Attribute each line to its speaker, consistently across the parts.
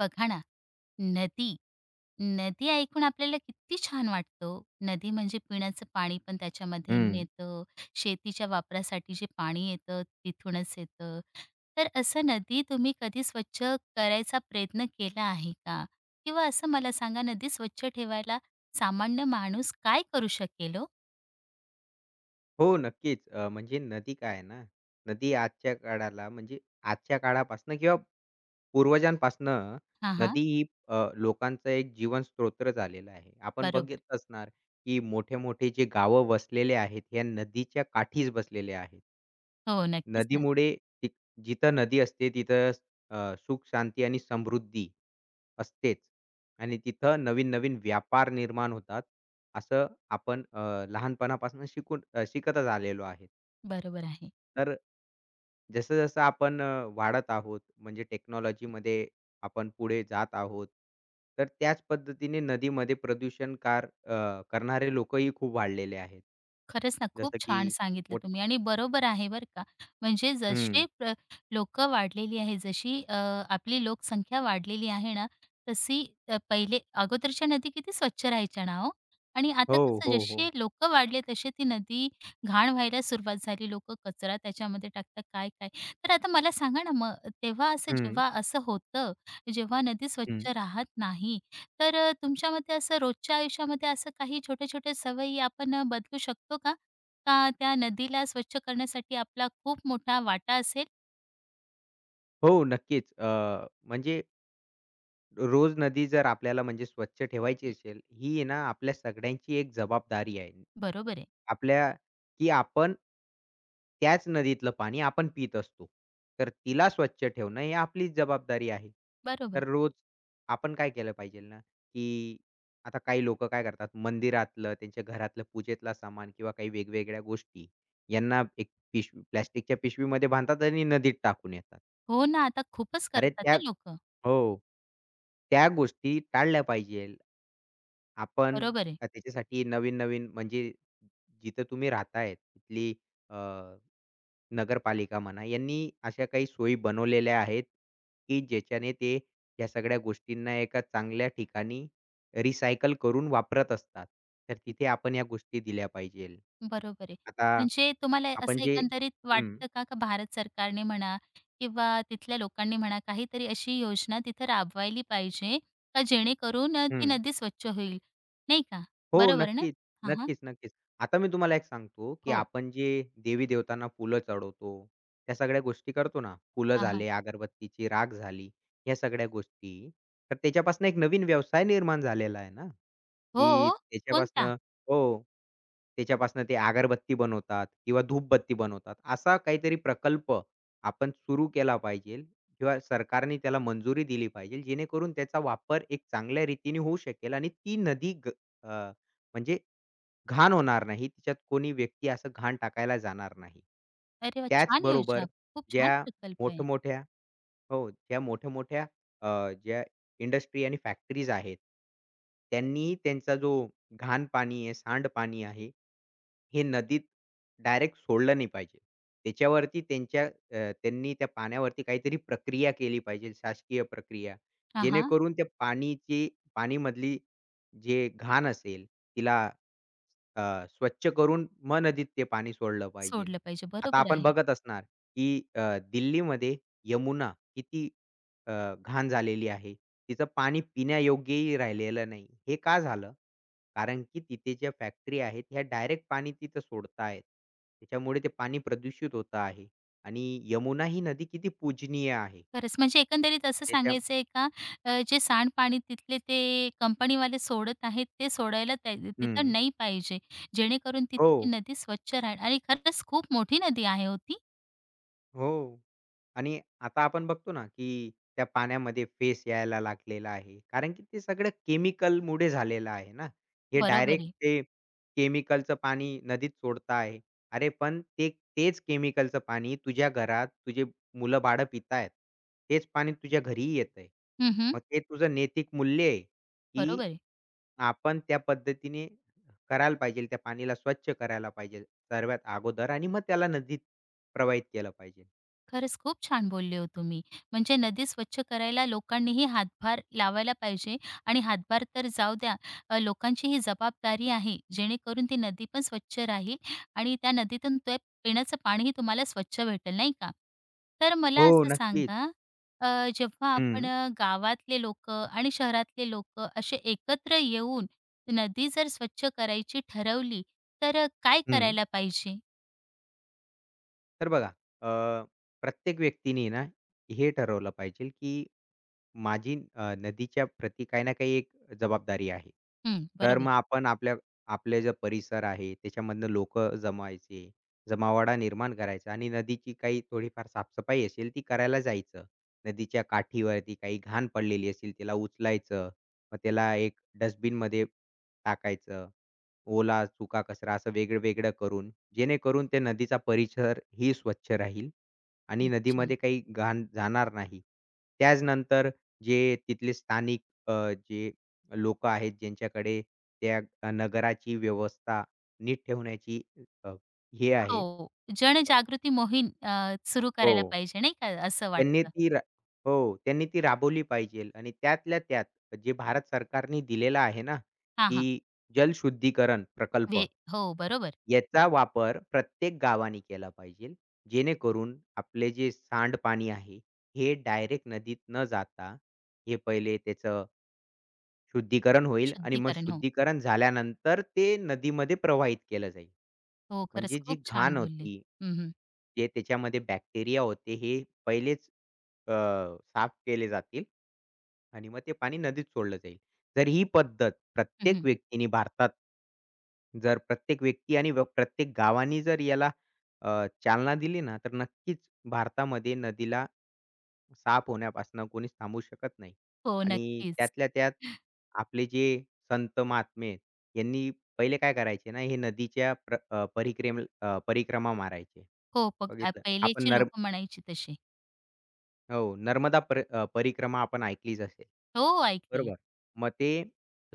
Speaker 1: बघा ना, नदी. नदी ऐकून आपल्याला किती छान वाटतं. हो. नदी म्हणजे पिण्याचं पाणी पण त्याच्यामध्ये
Speaker 2: हं.
Speaker 1: येतं. शेतीच्या वापरासाठी जे पाणी येतं तिथूनच येतं. तर असं नदी तुम्ही कधी स्वच्छ करायचा प्रयत्न केला आहे का? किंवा असं मला सांगा नदी स्वच्छ ठेवायला सामान्य माणूस काय करू शकेल ओ?
Speaker 2: हो, नक्कीच. म्हणजे नदी काय आहे ना, नदी आजच्या काळाला म्हणजे आजच्या काळापासनं किंवा पूर्वजांपासनं
Speaker 1: हां, हां.
Speaker 2: नदी ही लोकांचा एक जीवन स्तोत्र झालेला आहे. आपण
Speaker 1: बरोबर.
Speaker 2: बघत असणार, की मोठे-मोठे जे गावं वसलेले आहेत, या नदीच्या काठीच बसलेले आहेत.
Speaker 1: हो, नक्कीच ना.
Speaker 2: नदीमुळे ती जिथं नदी असते, तिथं सुख, शांती आणि समृद्धी असतेच. आणि तिथं नवीन-नवीन व्यापार निर्माण होतात. असं आपण लहानपणापासून शिकतच आलेलो आहे.
Speaker 1: बरोबर आहे.
Speaker 2: तर जसं-जसं आपण वाढत आहोत, म्हणजे टेक्नॉलॉजीमध्ये आपण पुढे जात आहोत, तर त्याच पद्धतीने नदीमध्ये करणारे लोकही खूप वाढलेले आहेत.
Speaker 1: खरंच ना, खूप
Speaker 2: जसं
Speaker 1: छान
Speaker 2: की
Speaker 1: सांगितलं
Speaker 2: मोठ
Speaker 1: तुम्ही आणि बरोबर आहे बरं का. म्हणजे जसे
Speaker 2: हं.
Speaker 1: प्र वाढलेली आहे, जशी आपली लोकसंख्या वाढलेली आहे ना, तशी पहिले अगोदरच्या नदी किती स्वच्छ राहायच्या ना हो आणि आता
Speaker 2: हो,
Speaker 1: कसं
Speaker 2: हो,
Speaker 1: जसे
Speaker 2: हो.
Speaker 1: लोक वाढले, तसे ती नदी घाण व्हायला सुरुवात झाली. लोकं कचरा त्याच्यामध्ये टाकतात काय-काय. तर आता मला सांगा ना, मग तेव्हा असं
Speaker 2: हं,
Speaker 1: जेव्हा असं होतं, जेव्हा नदी
Speaker 2: हं.
Speaker 1: स्वच्छ राहत नाही, तर तुमच्या मते असं रोजच्या आयुष्यामध्ये असं काही छोटे-छोटे सवयी आपण बदलू शकतो का? का त्या नदीला स्वच्छ करण्यासाठी आपला खूप मोठा वाटा असेल?
Speaker 2: हो, नक्कीच. म्हणजे रोज नदी जर आपल्याला म्हणजे स्वच्छ ठेवायची असेल, ही आहे ना आपल्या सगळ्यांची एक जबाबदारी आहे.
Speaker 1: बरोबर आहे.
Speaker 2: आपल्या की आपण त्याच नदीतलं पाणी आपण पीत असतो. तर तिला स्वच्छ ठेवणं ही आपलीच जबाबदारी आहे.
Speaker 1: बरोबर.
Speaker 2: तर रोज आपण काय केलं पाहिजे ना, की आता काही लोकं काय करतात, मंदिरातलं, त्यांच्या घरातलं पूजेतला सामान किंवा काही वेगवेगळ्या गोष्टी यांना एक पिशवी प्लास्टिकच्या पिशवीमध्ये बांधतात आणि नदीत टाकून येतात.
Speaker 1: हो ना, आता खूपच
Speaker 2: अरे
Speaker 1: करतात
Speaker 2: त्या
Speaker 1: ना लोकं.
Speaker 2: हो. त्या गोष्टी टाळल्या पाहिजेल. आपण
Speaker 1: बरोबर आहे.
Speaker 2: त्याच्यासाठी नवीन-नवीन म्हणजे जिथं तुम्ही राहताय तिथली अ, नगरपालिका म्हणा, यांनी अशा काही सोयी बनवलेल्या आहेत, की ज्याच्याने ते या सगळ्या गोष्टींना एका चांगल्या ठिकाणी रिसायकल करून वापरत असतात. तर तिथे आपण या गोष्टी दिल्या पाहिजेल.
Speaker 1: बरोबर आहे.
Speaker 2: आता
Speaker 1: म्हणजे तुम्हाला
Speaker 2: आपण
Speaker 1: असं
Speaker 2: जे
Speaker 1: एकंदरीत
Speaker 2: हं,
Speaker 1: वाटतं का, का भारत सरकारने म्हणा किंवा तिथल्या लोकांनी म्हणा काहीतरी अशी योजना तिथं राबवायली पाहिजे, का जेणेकरून ती
Speaker 2: हं.
Speaker 1: नदी स्वच्छ होईल, नाही का?
Speaker 2: हो,
Speaker 1: बरोबर आहे ना?
Speaker 2: नक्कीच.
Speaker 1: हां, हां.
Speaker 2: नक्कीच, नक्कीच. आता मी तुम्हाला एक सांगतो, की
Speaker 1: हो.
Speaker 2: आपण जे देवी-देवतांना फुलं चढवतो, त्या सगळ्या गोष्टी करतो ना, फुलं
Speaker 1: हां,
Speaker 2: झाले, अगरबत्तीची राख झाली, ह्या सगळ्या गोष्टी. तर त्याच्यापासून एक नवीन व्यवसाय निर्माण झालेला आहे ना.
Speaker 1: हो,
Speaker 2: की
Speaker 1: कोणता?
Speaker 2: त्याच्यापासनं हो. त्याच्यापासनं ते अगरबत्ती बनवतात किंवा धूपबत्ती बनवतात. असा काहीतरी प्रकल्प आपण सुरू केला पाहिजे किंवा सरकारने त्याला मंजुरी दिली पाहिजे, जेणेकरून त्याचा वापर एक चांगल्या रीतीने होऊ शकेल आणि ती नदी ग अ, म्हणजे घाण होणार नाही. तिच्यात कोणी व्यक्ती असं घाण टाकायला जाणार नाही.
Speaker 1: अरे वा छान
Speaker 2: त्याचबरोबर
Speaker 1: योजना. खूप छान
Speaker 2: ज्या
Speaker 1: प्रकल्प आहे.
Speaker 2: मोठमोठ्या ज्या मोठ्या-मोठ्या अ, ज्या इंडस्ट्री आणि फॅक्टरीज आहेत, त्यांनीही त्यांचा जो घाण पाणी आहे, सांडपाणी आहे, हे नदीत डायरेक्ट सोडलं नाही पाहिजे. त्यांनी त्या पाण्यावरती काहीतरी प्रक्रिया केली पाहिजे, शासकीय प्रक्रिया.
Speaker 1: हां, हां.
Speaker 2: जेणेकरून त्या पाणीची पाणीमधली जे घाण असेल, तिला स्वच्छ करून मग नदीत ते पाणी सोडलं पाहिजे.
Speaker 1: सोडलं पाहिजे.
Speaker 2: आता
Speaker 1: बरोबर
Speaker 2: आपण
Speaker 1: आहे.
Speaker 2: बघत असणार, की दिल्लीमध्ये यमुना किती अ, घाण झालेली आहे. तिचं पाणी पिण्यायोग्यही राहिलेलं नाही. हे का झालं? कारण की तिथे ज्या फॅक्टरी आहेत, ह्या डायरेक्ट पाणी तिथं सोडतायत. त्याच्यामुळे ते पाणी प्रदूषित होतं आहे आणि यमुना ही नदी किती पूजनीय आहे.
Speaker 1: खरंच म्हणजे एकंदरीत असं
Speaker 2: त्याच्या
Speaker 1: सांगायचं आहे का जे सांडपाणी तिथले ते कंपनीवाले सोडत आहेत, ते सोडायला त्या तिथं
Speaker 2: हं.
Speaker 1: नाही पाहिजे. जेणेकरून तिथे
Speaker 2: हो,
Speaker 1: ती नदी स्वच्छ राहील आणि खरंच खूप मोठी नदी आहे हो
Speaker 2: हो. आणि आता आपण बघतो ना, की त्या पाण्यामध्ये फेस यायला लागलेला आहे. कारण की ते सगळं केमिकलमुळे झालेलं आहे ना. हे
Speaker 1: बरोबर
Speaker 2: डायरेक्ट
Speaker 1: आहे.
Speaker 2: ते केमिकलचं पाणी नदीत सोडत आहे. अरे पण ते तेच केमिकलचं पाणी तुझ्या घरात तुझे मुलं-बाळं पित आहेत. तेच पाणी तुझ्या घरीही येतंय.
Speaker 1: हं, हं.
Speaker 2: मग ते तुझं नैतिक मूल्य आहे,
Speaker 1: बरोबर
Speaker 2: की
Speaker 1: आहे.
Speaker 2: आपण त्या पद्धतीने करायला पाहिजे. त्या पाणीला स्वच्छ करायला पाहिजे सर्वात अगोदर आणि मग त्याला नदीत प्रवाहित केलं पाहिजे.
Speaker 1: खरंच खूप छान बोलले हो तुम्ही. म्हणजे नदी स्वच्छ करायला लोकांनीही हातभार लावायला पाहिजे आणि हातभार तर जाऊ द्या, लोकांची ही जबाबदारी आहे, जेणेकरून ती नदी पण स्वच्छ राहील आणि त्या नदीतून ते पिण्याचं पाणीही तुम्हाला स्वच्छ भेटेल, नाही का? तर मला
Speaker 2: हो,
Speaker 1: असं
Speaker 2: नक्कीच.
Speaker 1: सांगा, अ, जेव्हा आपण
Speaker 2: हं,
Speaker 1: गावातले लोकं आणि शहरातले लोकं असे एकत्र येऊन नदी जर स्वच्छ करायची ठरवली, तर काय
Speaker 2: हं.
Speaker 1: करायला पाहिजे?
Speaker 2: तर बघा, प्रत्येक व्यक्तीने ना, हे ठरवलं पाहिजे, की माझी नदीच्या प्रती काही ना काही एक जबाबदारी आहे.
Speaker 1: हं,
Speaker 2: तर
Speaker 1: बरोबर.
Speaker 2: मग आपण आपल्या आपले जे परिसर आहे त्याच्यामधनं लोकं जमवायचे, जमावाडा निर्माण करायचा आणि नदीची काही थोडीफार साफसफाई असेल ती करायला जायचं. नदीच्या काठीवरती काही घाण पडलेली असेल त्याला उचलायचं. मग त्याला एक डस्टबिनमध्ये टाकायचं. ओला, सुका कचरा असं वेगळं-वेगळं करून, जेणेकरून ते नदीचा परिसरही स्वच्छ राहील आणि
Speaker 1: अच्छा.
Speaker 2: नदीमध्ये काही घाण जाणार नाही. त्याच नंतर जे तिथले स्थानिक अ, जे लोकं आहेत, ज्यांच्याकडे त्या नगराची व्यवस्था नीट ठेवण्याची अ, हे आहे.
Speaker 1: हो. जनजागृती मोहीम सुरू
Speaker 2: हो.
Speaker 1: करायला पाहिजे नाही का, असं
Speaker 2: त्यांनी
Speaker 1: वाटतं.
Speaker 2: ती रा हो, त्यांनी ती राबवली पाहिजेल आणि त्यातल्या त्यात जे भारत सरकारने दिलेला आहे ना,
Speaker 1: हां, हां.
Speaker 2: की जलशुद्धीकरण प्रकल्प.
Speaker 1: वे हो, बरोबर.
Speaker 2: याचा वापर प्रत्येक गावाने केला पाहिजेल. जेणेकरून आपले जे सांडपाणी आहे, हे डायरेक्ट नदीत न जाता, हे पहिले त्याचं शुद्धीकरण होईल आणि मग
Speaker 1: शुद्धीकरण. हो.
Speaker 2: शुद्धीकरण झाल्यानंतर ते नदीमध्ये प्रवाहित केलं जाईल.
Speaker 1: हो, खरंच
Speaker 2: म्हणजे जी
Speaker 1: खूप छान
Speaker 2: घाण
Speaker 1: बोलले.
Speaker 2: होती,
Speaker 1: हं, हं.
Speaker 2: जे त्याच्यामध्ये बॅक्टेरिया होते हे पहिलेच अ, साफ केले जातील आणि मग ते पाणी नदीत सोडलं जाईल. जर ही पद्धत प्रत्येक व्यक्तीने भारतात जर प्रत्येक व्यक्ती आणि व प्रत्येक गावांनी जर याला चालना दिली ना, तर नक्कीच भारतामध्ये नदीला साफ होण्यापासून कोणीच थांबवू शकत नाही.
Speaker 1: हो,
Speaker 2: आणि
Speaker 1: नक्कीच.
Speaker 2: त्यातल्या त्यात आपले जे संत महात्मे आहेत, यांनी पहिले काय करायचे ना, हे नदीच्या प्र अ, परिक्रेम अ, परिक्रमा मारायचे.
Speaker 1: हो, पग
Speaker 2: बघितलं आपण
Speaker 1: पहिलेचे
Speaker 2: नर्म
Speaker 1: लोकं म्हणायची तसे.
Speaker 2: हो, नर्मदा परिक्रमा आपण ऐकलीच असेल.
Speaker 1: हो, ऐकली.
Speaker 2: बरोबर. मग ते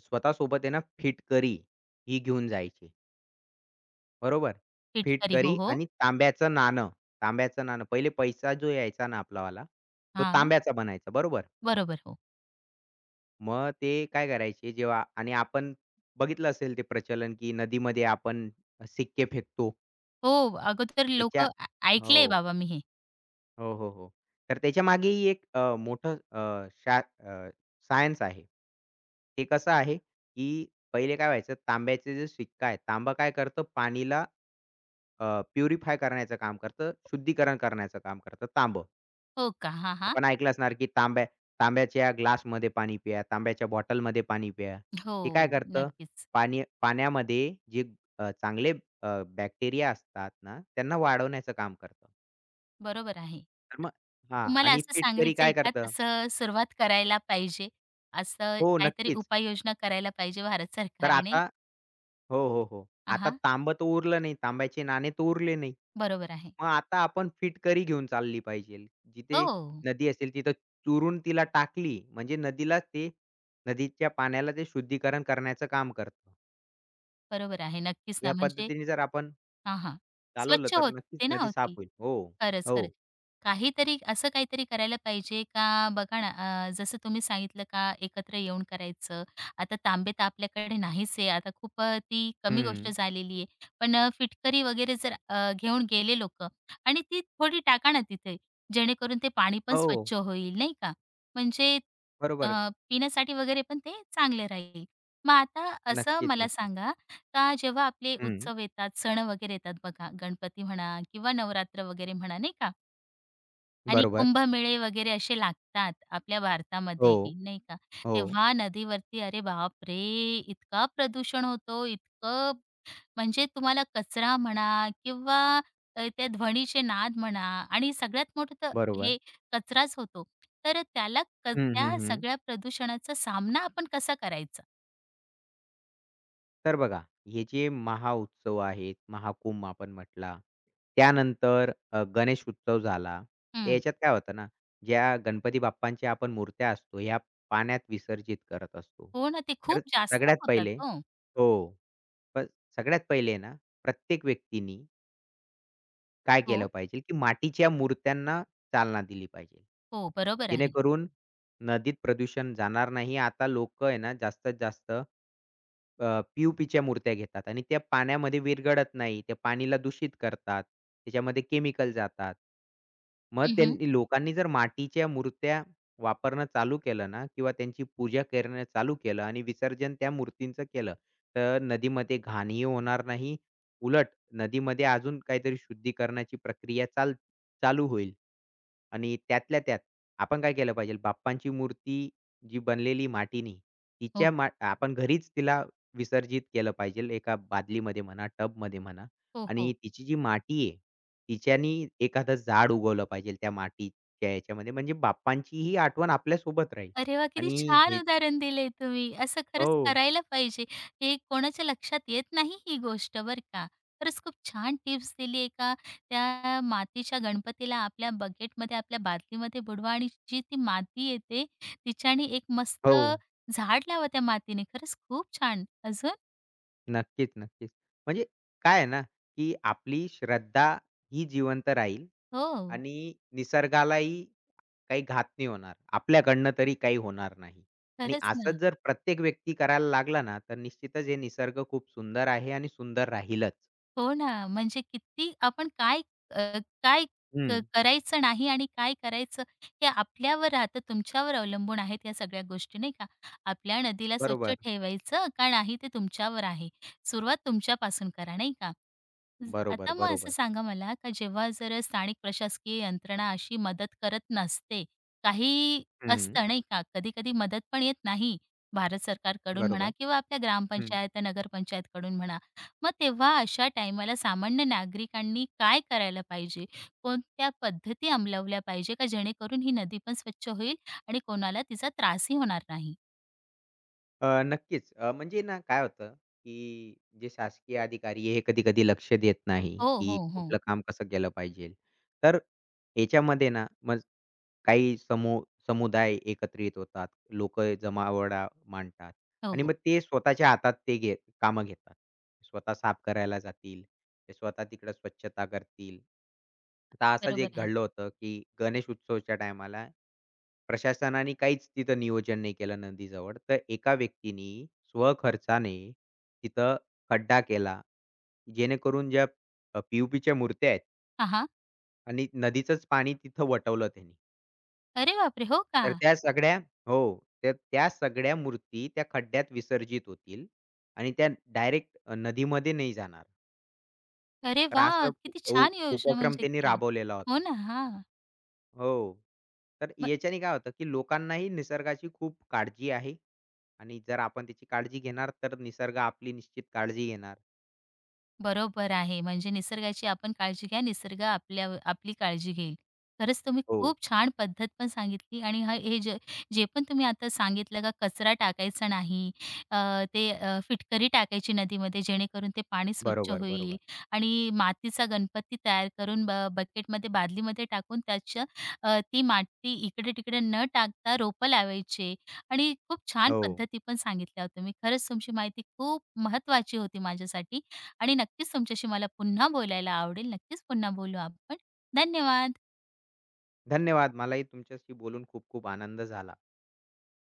Speaker 2: स्वतःसोबत आहे ना फिटकरी ही घेऊन जायची. बरोबर.
Speaker 1: पिटकरी. हो,
Speaker 2: फिटकरी
Speaker 1: हो.
Speaker 2: आणि तांब्याचं नाणं. पहिले पैसा जो यायचा ना आपलावाला, तो
Speaker 1: हां,
Speaker 2: तांब्याचा बनायचा. बरोबर.
Speaker 1: बरोबर. हो.
Speaker 2: मग ते काय करायचे जेव्हा आणि आपण बघितलं असेल ते प्रचलन, की नदीमध्ये आपण सिक्के फेकतो.
Speaker 1: हो, अगोदर
Speaker 2: त्याच्या
Speaker 1: लोकं
Speaker 2: हो.
Speaker 1: ऐकलंय बाबा मी हे.
Speaker 2: हो, हो, हो. तर त्याच्या मागेही एक मोठं अ, शा सायन्स आहे. ते कसं आहे, की पहिले काय व्हायचं तांब्याचे जे सिक्का आहे, तांबा काय करतं पाणीला प्युरिफाय करण्याचं काम करतं, शुद्धीकरण करण्याचं काम करतं तांबं.
Speaker 1: हो का? हां, हां.
Speaker 2: आपण ऐकलं असणार, की तांब्याच्या ग्लासमध्ये पाणी प्या, तांब्याच्या बॉटलमध्ये पाणी प्या. ते काय
Speaker 1: हो,
Speaker 2: करतं
Speaker 1: नक्कीच.
Speaker 2: पाण्यामध्ये जे चांगले बॅक्टेरिया असतात ना, त्यांना वाढवण्याचं काम करतं.
Speaker 1: बरोबर आहे.
Speaker 2: तर मग हां,
Speaker 1: तुम्हाला
Speaker 2: आणि
Speaker 1: असं
Speaker 2: फिटकरी
Speaker 1: सांगायचंय
Speaker 2: काय
Speaker 1: का
Speaker 2: करतं
Speaker 1: तसं सुरुवात करायला पाहिजे, असं
Speaker 2: हो,
Speaker 1: काहीतरी
Speaker 2: नक्कीच.
Speaker 1: उपाययोजना करायला पाहिजे भारत
Speaker 2: तर
Speaker 1: सरकारने?
Speaker 2: आता हो, हो, हो.
Speaker 1: हां,
Speaker 2: आता
Speaker 1: हां.
Speaker 2: तांबं तर उरलं नाही, तांब्याचे नाणे तर उरले नाही.
Speaker 1: बरोबर आहे.
Speaker 2: मग आता आपण फिटकरी घेऊन चालली पाहिजे. जिथे
Speaker 1: हो,
Speaker 2: नदी असेल तिथं चुरून तिला टाकली, म्हणजे नदीला ते नदीच्या पाण्याला ते शुद्धीकरण करण्याचं काम करतं.
Speaker 1: बरोबर आहे. नक्कीच ना,
Speaker 2: या
Speaker 1: म्हणजे
Speaker 2: पद्धतीने जर आपण
Speaker 1: हां, हां. स्वच्छ
Speaker 2: चालवलं तर नक्कीच
Speaker 1: होते ना,
Speaker 2: नदी साफ
Speaker 1: होती?
Speaker 2: होईल. हो,
Speaker 1: खरंच,
Speaker 2: हो.
Speaker 1: खरंच. काहीतरी असं काहीतरी करायला पाहिजे का बघा ना, जसं तुम्ही सांगितलं का एकत्र येऊन करायचं. आता तांबे तर आपल्याकडे नाहीच आहे. आता खूप ती कमी गोष्ट
Speaker 2: हं.
Speaker 1: झालेली आहे. पण फिटकरी वगैरे जर घेऊन गेले लोक आणि ती थोडी टाका ना तिथे, जेणेकरून ते पाणी पण
Speaker 2: हो,
Speaker 1: स्वच्छ होईल, नाही का? म्हणजे अ,
Speaker 2: बरोबर.
Speaker 1: पिण्यासाठी वगैरे पण ते चांगले राहील. मग आता असं
Speaker 2: नक्कीच,
Speaker 1: मला
Speaker 2: नक्कीच.
Speaker 1: सांगा का जेव्हा आपले
Speaker 2: हं.
Speaker 1: उत्सव येतात, सण वगैरे येतात बघा, गणपती म्हणा किंवा नवरात्र वगैरे म्हणा नाही का आणि
Speaker 2: बरोबर.
Speaker 1: कुंभमेळे वगैरे असे लागतात आपल्या
Speaker 2: हो,
Speaker 1: भारतामध्ये नाही का.
Speaker 2: हो.
Speaker 1: तेव्हा नदीवरती अरे बापरे! इतका प्रदूषण होतो, इतकं म्हणजे तुम्हाला कचरा म्हणा किंवा त्या ध्वनीचे नाद म्हणा आणि सगळ्यात मोठं तर
Speaker 2: बरोबर.
Speaker 1: हे कचराच होतो. तर त्याला क
Speaker 2: हं, हं,
Speaker 1: त्या
Speaker 2: हं.
Speaker 1: सगळ्या प्रदूषणाचा सामना आपण कसा करायचा?
Speaker 2: तर बघा, हे जे महाउत्सव आहेत, महाकुंभ आपण म्हटला, त्यानंतर गणेश उत्सव झाला. तर
Speaker 1: हं.
Speaker 2: याच्यात काय होतं ना, ज्या गणपती बाप्पांच्या आपण मूर्त्या असतो, ह्या पाण्यात विसर्जित करत असतो.
Speaker 1: हो ना, ते
Speaker 2: तर
Speaker 1: खूप जास्त
Speaker 2: सगळ्यात
Speaker 1: होतात.
Speaker 2: पहिले
Speaker 1: हो.
Speaker 2: हो. पण सगळ्यात पहिले ना, प्रत्येक व्यक्तीनी काय
Speaker 1: हो,
Speaker 2: केलं पाहिजे, की मातीच्या मूर्त्यांना चालना दिली पाहिजे.
Speaker 1: हो. बरोबर आहे.
Speaker 2: जेणेकरून नदीत प्रदूषण जाणार नाही. आता लोकं आहे ना जास्तीत जास्त अ, पी-ओ-पीच्या मूर्त्या घेतात आणि त्या पाण्यामध्ये विरघळत नाही. त्या पाणीला दूषित करतात. त्याच्यामध्ये केमिकल जातात. मग
Speaker 1: हं,
Speaker 2: लोकांनी जर मातीच्या मूर्त्या वापरणं चालू केलं ना किंवा त्यांची पूजा करणं चालू केलं आणि विसर्जन त्या मूर्तींचं केलं, तर नदीमध्ये घाणही होणार नाही. उलट नदीमध्ये अजून काहीतरी शुद्धीकरणाची प्रक्रिया चाल चालू होईल. आणि त्यातल्या त्यात आपण काय केलं पाहिजे, बाप्पांची मूर्ती जी बनलेली मातीनी,
Speaker 1: हो.
Speaker 2: तिच्या मा आपण घरीच तिला विसर्जित केलं पाहिजे. एका बादलीमध्ये म्हणा, टबमध्ये म्हणा
Speaker 1: हो, हो.
Speaker 2: आणि तिची जी माती आहे, तिच्यानी एखादं झाड उगवलं पाहिजे त्या मातीच्या याच्यामध्ये. म्हणजे बाप्पांचीही आठवण आपल्यासोबत राहील
Speaker 1: अरे वाह! किती
Speaker 2: आणि
Speaker 1: छान
Speaker 2: हे
Speaker 1: उदाहरण दिलंय तुम्ही. असं खरंच
Speaker 2: हो,
Speaker 1: करायला पाहिजे. हे कोणाच्या लक्षात येत नाही ही गोष्ट बरं का. खरंच खूप छान टिप्स दिली आहे का त्या मातीच्या गणपतीला आपल्या बकेटमध्ये, आपल्या बादलीमध्ये बुडवा आणि जी ती माती येते तिच्याने एक मस्त
Speaker 2: हो.
Speaker 1: झाड लावा त्या मातीने. खरंच खूप छान. अजून?
Speaker 2: नक्कीच, नक्कीच. म्हणजे काय आहे ना, की आपली श्रद्धा ही जिवंत राहील
Speaker 1: हो,
Speaker 2: आणि निसर्गालाही काही घात नाही होणार. आपल्याकडनं तरी काही होणार नाही. आणि
Speaker 1: खरंच ना.
Speaker 2: असंच जर प्रत्येक व्यक्ती करायला लागला ना, तर निश्चितच हे निसर्ग खूप सुंदर आहे आणि सुंदर राहीलच.
Speaker 1: हो ना, म्हणजे किती आपण काय अ, काय क
Speaker 2: हं.
Speaker 1: करायचं नाही आणि काय करायचं हे आपल्यावर राहतं, तुमच्यावर अवलंबून आहेत या सगळ्या गोष्टी नाही का. आपल्या नदीला स्वच्छ
Speaker 2: बरोबर,
Speaker 1: ठेवायचं का नाही ते तुमच्यावर आहे. सुरुवात तुमच्यापासून करा नाही का. ज
Speaker 2: बरोबर,
Speaker 1: आता मग असं
Speaker 2: बरोबर.
Speaker 1: सांगा मला का जेव्हा जर स्थानिक प्रशासकीय यंत्रणा अशी मदत करत नसते, काही
Speaker 2: हं.
Speaker 1: असतं नाही का, कधी-कधी मदत पण येत नाही. भारत सरकारकडून म्हणा
Speaker 2: बरोबर.
Speaker 1: किंवा आपल्या ग्रामपंचायत, नगरपंचायतकडून म्हणा. मग तेव्हा अशा टायमाला सामान्य नागरिकांनी काय करायला पाहिजे? कोणत्या पद्धती अंमलवल्या पाहिजे का जेणेकरून ही नदी पण स्वच्छ होईल आणि कोणाला तिचा त्रासही होणार नाही?
Speaker 2: नक्कीच. म्हणजे ना काय होतं, की जे शासकीय अधिकारी आहे, हे कधी-कधी लक्ष देत नाही,
Speaker 1: हो, हो,
Speaker 2: की
Speaker 1: हो.
Speaker 2: कुठलं काम कसं केलं पाहिजे. तर याच्यामध्ये ना मग काही समू समुदाय एकत्रित होतात. लोक जमावडा मांडतात
Speaker 1: हो,
Speaker 2: आणि
Speaker 1: हो.
Speaker 2: मग ते स्वतःच्या हातात ते घे कामं घेतात. स्वतः साफ करायला जातील. ते स्वतः तिकडं स्वच्छता करतील. आता असंच
Speaker 1: बरोबर
Speaker 2: एक
Speaker 1: आहे.
Speaker 2: घडलं होतं, की गणेश उत्सवच्या टायमाला प्रशासनाने काहीच तिथं नियोजन नाही केलं नदीजवळ. तर एका व्यक्तीनी स्वखर्चाने तिथं खड्डा केला. जेणेकरून ज्या पी-ओ-पीच्या मूर्त्या आहेत
Speaker 1: हां, हां.
Speaker 2: आणि नदीचंच पाणी तिथं वटवलं त्यांनी.
Speaker 1: अरे बापरे! हो का?
Speaker 2: तर त्या सगळ्या हो. तर त्या सगळ्या मूर्ती त्या खड्ड्यात विसर्जित होतील आणि त्या डायरेक्ट नदीमध्ये नाही जाणार.
Speaker 1: अरे
Speaker 2: तर
Speaker 1: वाह!
Speaker 2: असा
Speaker 1: किती
Speaker 2: उ उ-
Speaker 1: छान योजना
Speaker 2: उपक्रम
Speaker 1: म्हणजे
Speaker 2: त्यांनी
Speaker 1: केली.
Speaker 2: राबवलेला
Speaker 1: हो
Speaker 2: होता.
Speaker 1: ना. हां.
Speaker 2: हो. तर
Speaker 1: मग
Speaker 2: याच्याने काय होतं, की लोकांनाही निसर्गाची खूप काळजी आहे. आणि जर आपण त्याची काळजी घेणार, तर निसर्ग आपली निश्चित काळजी घेणार.
Speaker 1: बरोबर आहे. म्हणजे निसर्गाची आपण काळजी घ्या, निसर्ग आपल्या आपली काळजी घेईल. खरंच तुम्ही
Speaker 2: हो.
Speaker 1: खूप छान पद्धत पण सांगितली आणि हा हे जे जे पण तुम्ही आता सांगितलं का कचरा टाकायचा नाही, अ, ते फिटकरी टाकायची नदीमध्ये जेणेकरून ते पाणी स्वच्छ
Speaker 2: बरोबर,
Speaker 1: होईल
Speaker 2: बरोबर.
Speaker 1: आणि मातीचा गणपती तयार करून ब बकेटमध्ये, बादलीमध्ये टाकून त्याच्या ती माती इकडे-तिकडे न टाकता रोपं लावायचे आणि खूप छान
Speaker 2: हो.
Speaker 1: पद्धती पण सांगितल्या हो तुम्ही. खरंच तुमची माहिती खूप महत्त्वाची होती माझ्यासाठी. आणि नक्कीच तुमच्याशी मला पुन्हा बोलायला आवडेल. नक्कीच पुन्हा बोलू आपण. धन्यवाद.
Speaker 2: धन्यवाद. मलाही तुमच्याशी बोलून खूप खूप आनंद झाला.